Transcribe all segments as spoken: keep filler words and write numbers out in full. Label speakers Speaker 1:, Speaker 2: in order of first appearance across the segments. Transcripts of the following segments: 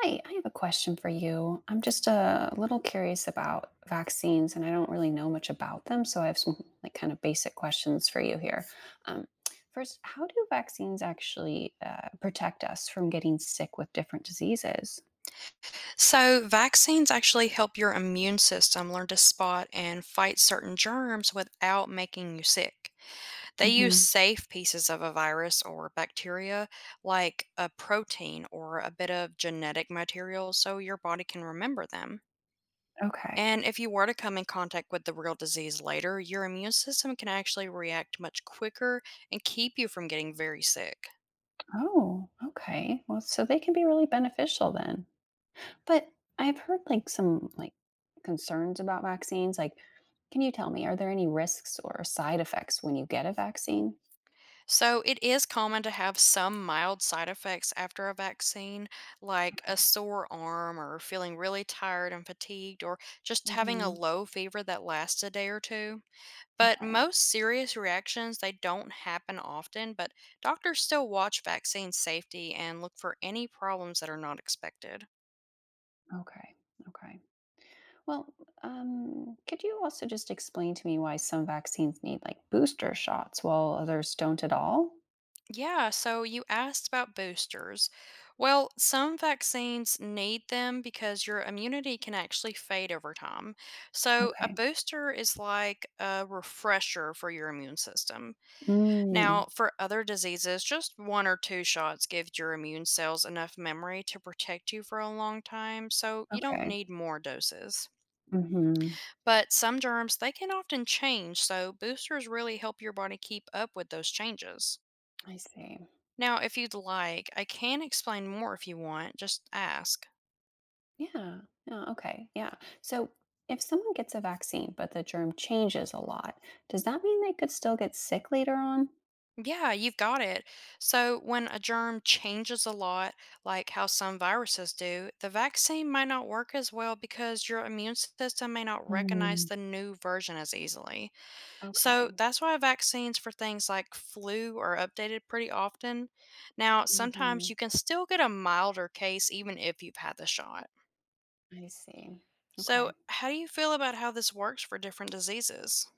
Speaker 1: Hi, I have a question for you. I'm just uh, a little curious about vaccines and I don't really know much about them, so I have some like kind of basic questions for you here. Um, First, how do vaccines actually uh, protect us from getting sick with different diseases?
Speaker 2: So, vaccines actually help your immune system learn to spot and fight certain germs without making you sick. They use
Speaker 1: Hmm.
Speaker 2: safe pieces of a virus or bacteria, like a protein or a bit of genetic material, so your body can remember them.
Speaker 1: Okay.
Speaker 2: And if you were to come in contact with the real disease later, your immune system can actually react much quicker and keep you from getting very sick.
Speaker 1: Oh, okay. Well, so they can be really beneficial then. But I've heard like some like concerns about vaccines. Like, can you tell me, are there any risks or side effects when you get a vaccine?
Speaker 2: So it is common to have some mild side effects after a vaccine, like a
Speaker 1: Okay.
Speaker 2: sore arm or feeling really tired and fatigued, or just having a
Speaker 1: Hmm.
Speaker 2: low fever that lasts a day or two. But
Speaker 1: Okay.
Speaker 2: most serious reactions, they don't happen often, but doctors still watch vaccine safety and look for any problems that are not expected.
Speaker 1: Okay. Okay. Well, um, could you also just explain to me why some vaccines need like booster shots while others don't at all?
Speaker 2: Yeah, so you asked about boosters. Well, some vaccines need them because your immunity can actually fade over time. So, a
Speaker 1: Okay.
Speaker 2: booster is like a refresher for your immune system.
Speaker 1: Mm,
Speaker 2: Now, for other diseases, just one or two shots give your immune cells enough memory to protect you for a long time, so you don't
Speaker 1: okay.
Speaker 2: need more doses.
Speaker 1: Hmm.
Speaker 2: But some germs, they can often change, so boosters really help your body keep up with those changes.
Speaker 1: I see.
Speaker 2: Now, if you'd like, I can explain more if you want. Just ask.
Speaker 1: Yeah. Yeah. Okay. Yeah. So if someone gets a vaccine, but the germ changes a lot, does that mean they could still get sick later on?
Speaker 2: Yeah, you've got it. So, when a germ changes a lot, like how some viruses do, the vaccine might not work as well because your immune system may not recognize
Speaker 1: Mm,
Speaker 2: the new version as easily. So,
Speaker 1: okay.
Speaker 2: that's why vaccines for things like flu are updated pretty often. Now, sometimes
Speaker 1: Hmm.
Speaker 2: you can still get a milder case even if you've had the shot.
Speaker 1: I see.
Speaker 2: So,
Speaker 1: Okay.
Speaker 2: how do you feel about how this works for different diseases?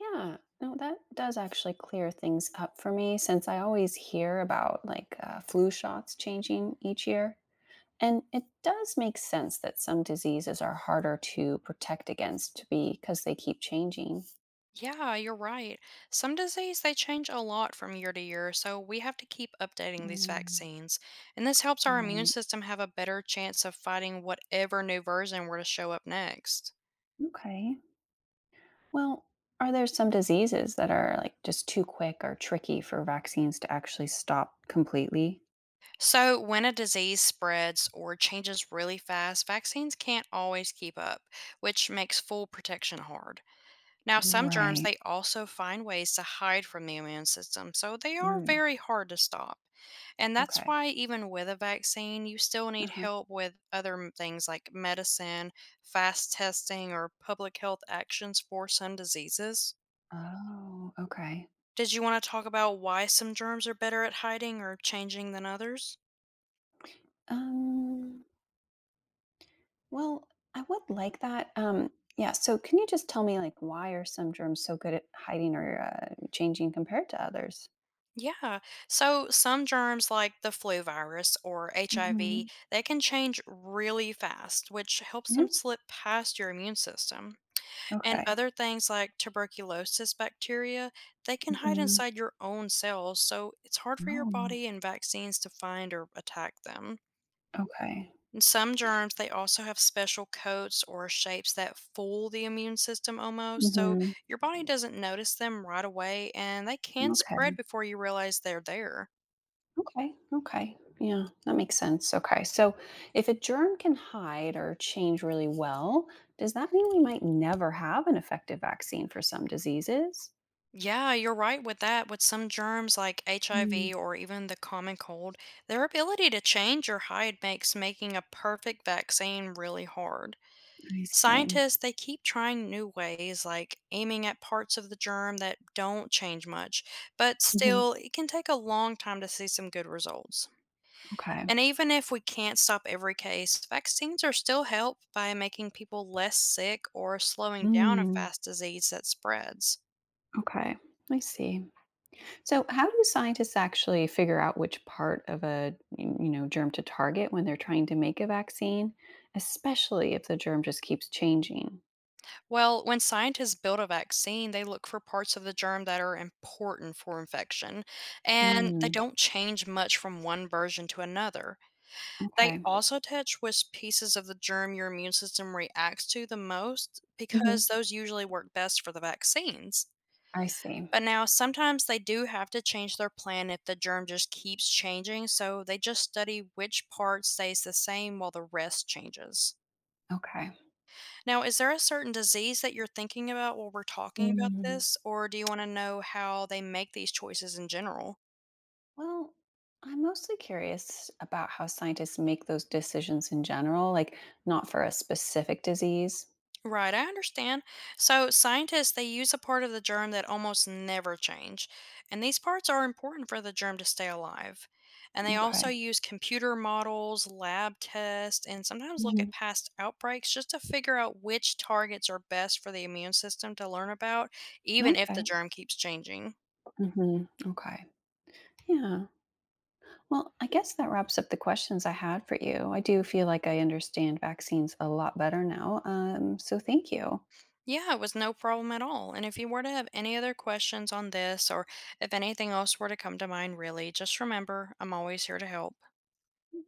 Speaker 1: Yeah, no, that does actually clear things up for me since I always hear about like uh, flu shots changing each year. And it does make sense that some diseases are harder to protect against because they keep changing.
Speaker 2: Yeah, you're right. Some disease they change a lot from year to year, so we have to keep updating these
Speaker 1: Mm,
Speaker 2: vaccines. And this helps our immune
Speaker 1: right.
Speaker 2: system have a better chance of fighting whatever new version were to show up next.
Speaker 1: Okay. Well, are there some diseases that are like just too quick or tricky for vaccines to actually stop completely?
Speaker 2: So, when a disease spreads or changes really fast, vaccines can't always keep up, which makes full protection hard. Now, some germs,
Speaker 1: Right.
Speaker 2: they also find ways to hide from the immune system, so they are
Speaker 1: Mm,
Speaker 2: very hard to stop. And that's
Speaker 1: okay.
Speaker 2: why, even with a vaccine, you still need
Speaker 1: Uh-huh.
Speaker 2: help with other m- things like medicine, fast testing, or public health actions for some diseases.
Speaker 1: Oh, okay.
Speaker 2: Did you want to talk about why some germs are better at hiding or changing than others?
Speaker 1: Um, Well, I would like that. Um, yeah. So, can you just tell me, like, why are some germs so good at hiding or uh, changing compared to others?
Speaker 2: Yeah. So some germs like the flu virus or H I V,
Speaker 1: Hmm.
Speaker 2: they can change really fast, which helps
Speaker 1: Yeah.
Speaker 2: them slip past your immune system. And
Speaker 1: Okay.
Speaker 2: other things like tuberculosis bacteria, they can hide
Speaker 1: Hmm.
Speaker 2: inside your own cells, so it's hard for your
Speaker 1: Oh,
Speaker 2: body and vaccines to find or attack them.
Speaker 1: okay.
Speaker 2: And some germs, they also have special coats or shapes that fool the immune system almost, so
Speaker 1: Hmm.
Speaker 2: your body doesn't notice them right away and they can spread
Speaker 1: Okay.
Speaker 2: before you realize they're there.
Speaker 1: Okay. Okay. Yeah, that makes sense. Okay. So, if a germ can hide or change really well, does that mean we might never have an effective vaccine for some diseases?
Speaker 2: Yeah, you're right with that. With some germs like H I V
Speaker 1: Mm,
Speaker 2: or even the common cold, their ability to change or hide makes making a perfect vaccine really hard.
Speaker 1: I see.
Speaker 2: Scientists, they keep trying new ways, like aiming at parts of the germ that don't change much, but
Speaker 1: Hmm.
Speaker 2: still, it can take a long time to see some good results.
Speaker 1: Okay.
Speaker 2: And even if we can't stop every case, vaccines are still help by making people less sick or slowing down a
Speaker 1: Mm,
Speaker 2: fast disease that spreads.
Speaker 1: okay. I see. So, how do scientists actually figure out which part of a you know germ to target when they're trying to make a vaccine, especially if the germ just keeps changing?
Speaker 2: Well, when scientists build a vaccine, they look for parts of the germ that are important for infection, and they
Speaker 1: Mm,
Speaker 2: don't change much from one version to another. They
Speaker 1: okay.
Speaker 2: also touch which pieces of the germ your immune system reacts to the most
Speaker 1: Hmm.
Speaker 2: because those usually work best for the vaccines.
Speaker 1: I see.
Speaker 2: But now, sometimes they do have to change their plan if the germ just keeps changing, so they just study which part stays the same while the rest changes.
Speaker 1: Okay.
Speaker 2: Now, is there a certain disease that you're thinking about while we're talking about
Speaker 1: mm
Speaker 2: this, or do you want to know how they make these choices in general?
Speaker 1: Well, I'm mostly curious about how scientists make those decisions in general, like not for a specific disease.
Speaker 2: Right, I understand. So, scientists they use a part of the germ that almost never change, and these parts are important for the germ to stay alive. And they also
Speaker 1: Okay.
Speaker 2: use computer models, lab tests, and sometimes look at
Speaker 1: Mhm.
Speaker 2: past outbreaks just to figure out which targets are best for the immune system to learn about, even if the
Speaker 1: Okay.
Speaker 2: germ keeps changing.
Speaker 1: Hmm. Okay. Yeah. Well, I guess that wraps up the questions I had for you. I do feel like I understand vaccines a lot better now. Um, so thank you. Thank
Speaker 2: Yeah, it was no problem at all. And if you were to have any other questions on this, or if anything else were to come to mind, really, just remember I'm always here to help.
Speaker 1: you.